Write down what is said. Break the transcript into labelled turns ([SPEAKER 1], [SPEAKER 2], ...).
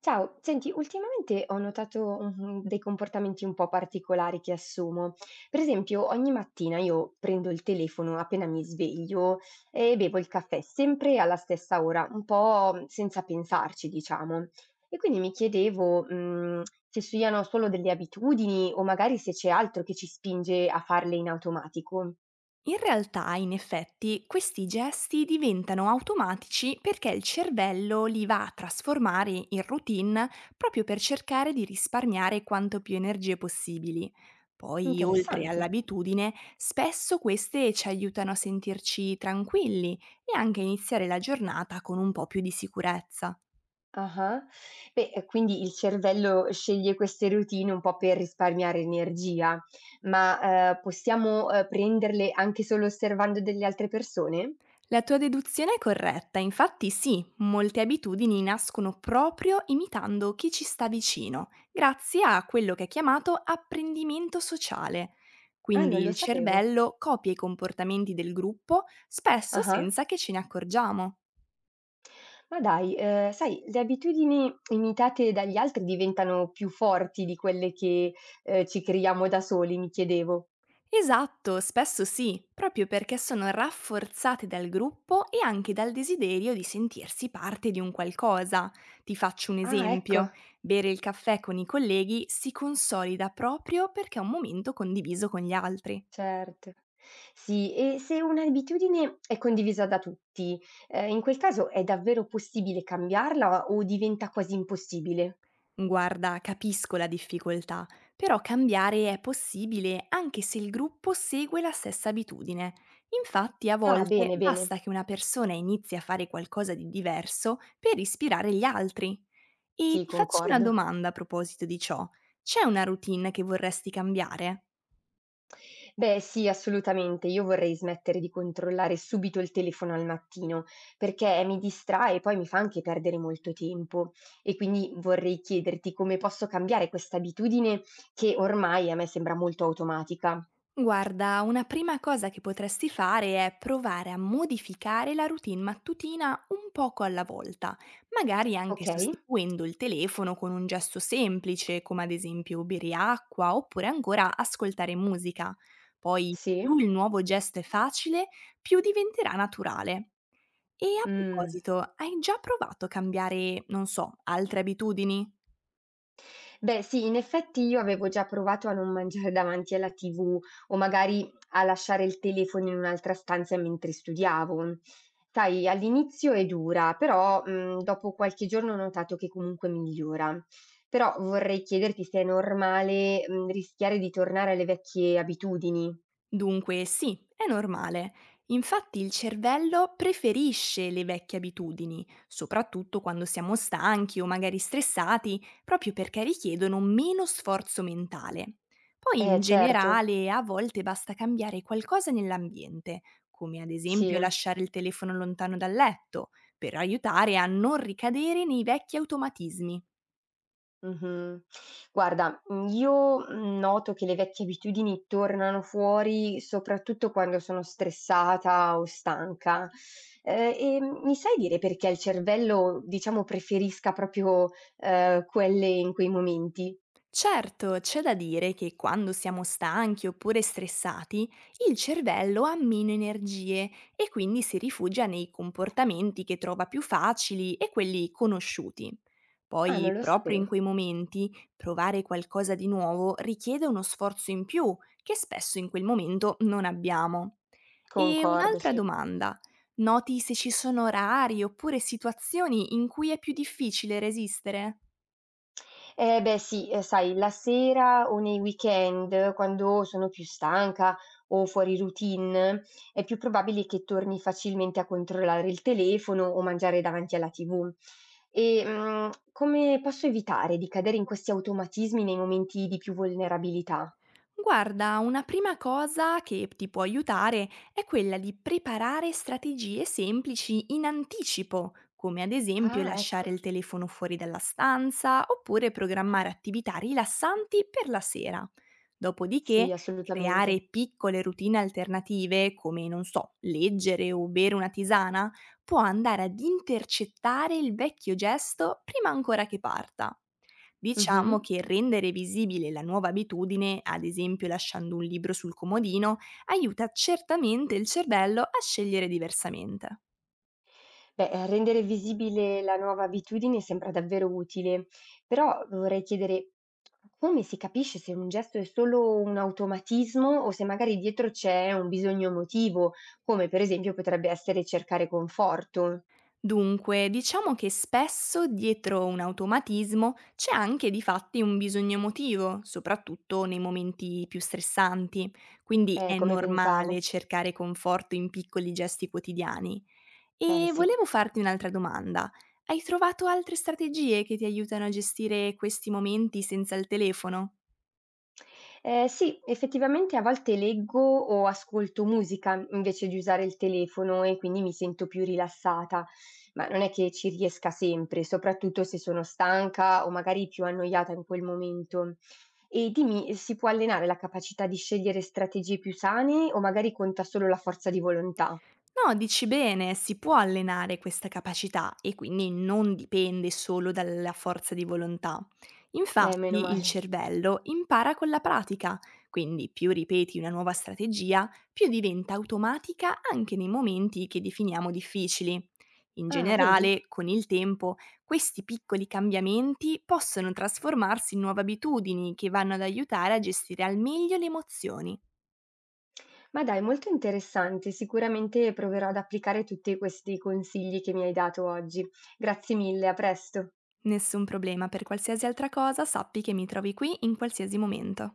[SPEAKER 1] Ciao, senti, ultimamente ho notato dei comportamenti un po' particolari che assumo. Per esempio, ogni mattina io prendo il telefono appena mi sveglio e bevo il caffè sempre alla stessa ora, un po' senza pensarci, diciamo. E quindi mi chiedevo, se siano solo delle abitudini o magari se c'è altro che ci spinge a farle in automatico.
[SPEAKER 2] In realtà, in effetti, questi gesti diventano automatici perché il cervello li va a trasformare in routine proprio per cercare di risparmiare quanto più energie possibili. Poi, oltre
[SPEAKER 1] Interessante.
[SPEAKER 2] all'abitudine, spesso queste ci aiutano a sentirci tranquilli e anche a iniziare la giornata con un po' più di sicurezza.
[SPEAKER 1] Ah-ah. Beh, quindi il cervello sceglie queste routine un po' per risparmiare energia, ma, possiamo, prenderle anche solo osservando delle altre persone?
[SPEAKER 2] La tua deduzione è corretta, infatti sì, molte abitudini nascono proprio imitando chi ci sta vicino, grazie a quello che è chiamato apprendimento sociale.
[SPEAKER 1] Ah, non
[SPEAKER 2] Quindi
[SPEAKER 1] lo
[SPEAKER 2] il
[SPEAKER 1] sapevo.
[SPEAKER 2] cervello copia i comportamenti del gruppo spesso
[SPEAKER 1] Ah-ah.
[SPEAKER 2] senza che ce ne accorgiamo.
[SPEAKER 1] Ma dai, sai, le abitudini imitate dagli altri diventano più forti di quelle che, ci creiamo da soli, mi chiedevo.
[SPEAKER 2] Esatto, spesso sì, proprio perché sono rafforzate dal gruppo e anche dal desiderio di sentirsi parte di un qualcosa. Ti faccio un
[SPEAKER 1] Ah, ecco.
[SPEAKER 2] esempio, bere il caffè con i colleghi si consolida proprio perché è un momento condiviso con gli altri.
[SPEAKER 1] Certo. Sì, e se un'abitudine è condivisa da tutti, in quel caso è davvero possibile cambiarla o diventa quasi impossibile?
[SPEAKER 2] Guarda, capisco la difficoltà, però cambiare è possibile anche se il gruppo segue la stessa abitudine. Infatti, a
[SPEAKER 1] Ah,
[SPEAKER 2] volte
[SPEAKER 1] bene, bene.
[SPEAKER 2] basta che una persona inizi a fare qualcosa di diverso per ispirare gli altri. E
[SPEAKER 1] Sì,
[SPEAKER 2] ti faccio una
[SPEAKER 1] concordo.
[SPEAKER 2] domanda a proposito di ciò. C'è una routine che vorresti cambiare?
[SPEAKER 1] Beh, sì, assolutamente. Io vorrei smettere di controllare subito il telefono al mattino, perché mi distrae e poi mi fa anche perdere molto tempo. E quindi vorrei chiederti come posso cambiare questa abitudine che ormai a me sembra molto automatica.
[SPEAKER 2] Guarda, una prima cosa che potresti fare è provare a modificare la routine mattutina un poco alla volta, magari anche
[SPEAKER 1] Okay,
[SPEAKER 2] sostituendo il telefono con un gesto semplice, come ad esempio bere acqua oppure ancora ascoltare musica. Poi,
[SPEAKER 1] sì.
[SPEAKER 2] più il nuovo gesto è facile, più diventerà naturale. E a
[SPEAKER 1] Mh.
[SPEAKER 2] proposito, hai già provato a cambiare, non so, altre abitudini?
[SPEAKER 1] Beh sì, in effetti io avevo già provato a non mangiare davanti alla TV o magari a lasciare il telefono in un'altra stanza mentre studiavo. Sai, all'inizio è dura, però dopo qualche giorno ho notato che comunque migliora. Però vorrei chiederti se è normale rischiare di tornare alle vecchie abitudini.
[SPEAKER 2] Dunque, sì, è normale. Infatti il cervello preferisce le vecchie abitudini, soprattutto quando siamo stanchi o magari stressati, proprio perché richiedono meno sforzo mentale. Poi
[SPEAKER 1] Eh
[SPEAKER 2] in
[SPEAKER 1] certo,
[SPEAKER 2] generale a volte basta cambiare qualcosa nell'ambiente, come ad esempio
[SPEAKER 1] sì.
[SPEAKER 2] lasciare il telefono lontano dal letto, per aiutare a non ricadere nei vecchi automatismi.
[SPEAKER 1] Mh-mh. Guarda, io noto che le vecchie abitudini tornano fuori soprattutto quando sono stressata o stanca. E mi sai dire perché il cervello, diciamo, preferisca proprio, quelle in quei momenti?
[SPEAKER 2] Certo, c'è da dire che quando siamo stanchi oppure stressati, il cervello ha meno energie e quindi si rifugia nei comportamenti che trova più facili e quelli conosciuti.
[SPEAKER 1] Ah, non
[SPEAKER 2] Poi,
[SPEAKER 1] lo
[SPEAKER 2] proprio
[SPEAKER 1] sapevo.
[SPEAKER 2] in quei momenti, provare qualcosa di nuovo richiede uno sforzo in più che spesso in quel momento non abbiamo. E
[SPEAKER 1] Concordo,
[SPEAKER 2] un'altra
[SPEAKER 1] sì.
[SPEAKER 2] domanda. Noti se ci sono orari oppure situazioni in cui è più difficile resistere?
[SPEAKER 1] Eh beh sì, sai, la sera o nei weekend, quando sono più stanca o fuori routine, è più probabile che torni facilmente a controllare il telefono o mangiare davanti alla TV. E, come posso evitare di cadere in questi automatismi nei momenti di più vulnerabilità?
[SPEAKER 2] Guarda, una prima cosa che ti può aiutare è quella di preparare strategie semplici in anticipo, come ad esempio
[SPEAKER 1] Ah,
[SPEAKER 2] lasciare
[SPEAKER 1] ecco.
[SPEAKER 2] il telefono fuori dalla stanza oppure programmare attività rilassanti per la sera. Dopodiché,
[SPEAKER 1] Sì, assolutamente.
[SPEAKER 2] creare piccole routine alternative, come non so, leggere o bere una tisana, può andare ad intercettare il vecchio gesto prima ancora che parta.
[SPEAKER 1] Mh-mh.
[SPEAKER 2] Diciamo che rendere visibile la nuova abitudine, ad esempio lasciando un libro sul comodino, aiuta certamente il cervello a scegliere diversamente.
[SPEAKER 1] Beh, rendere visibile la nuova abitudine sembra davvero utile, però vorrei chiedere: come si capisce se un gesto è solo un automatismo o se magari dietro c'è un bisogno emotivo, come per esempio potrebbe essere cercare conforto?
[SPEAKER 2] Dunque, diciamo che spesso dietro un automatismo c'è anche di fatti un bisogno emotivo, soprattutto nei momenti più stressanti, quindi è
[SPEAKER 1] Come pensavo.
[SPEAKER 2] normale cercare conforto in piccoli gesti quotidiani.
[SPEAKER 1] Eh
[SPEAKER 2] E
[SPEAKER 1] sì.
[SPEAKER 2] volevo farti un'altra domanda. Hai trovato altre strategie che ti aiutano a gestire questi momenti senza il telefono?
[SPEAKER 1] Sì, effettivamente a volte leggo o ascolto musica invece di usare il telefono e quindi mi sento più rilassata, ma non è che ci riesca sempre, soprattutto se sono stanca o magari più annoiata in quel momento. E dimmi, si può allenare la capacità di scegliere strategie più sane o magari conta solo la forza di volontà?
[SPEAKER 2] No, dici bene, si può allenare questa capacità e quindi non dipende solo dalla forza di volontà.
[SPEAKER 1] Meno
[SPEAKER 2] Infatti il
[SPEAKER 1] male.
[SPEAKER 2] cervello impara con la pratica, quindi più ripeti una nuova strategia, più diventa automatica anche nei momenti che definiamo difficili. In
[SPEAKER 1] Ah, vedi?
[SPEAKER 2] generale, con il tempo, questi piccoli cambiamenti possono trasformarsi in nuove abitudini che vanno ad aiutare a gestire al meglio le emozioni.
[SPEAKER 1] Ma dai, molto interessante. Sicuramente proverò ad applicare tutti questi consigli che mi hai dato oggi. Grazie mille, a presto.
[SPEAKER 2] Nessun problema, per qualsiasi altra cosa sappi che mi trovi qui in qualsiasi momento.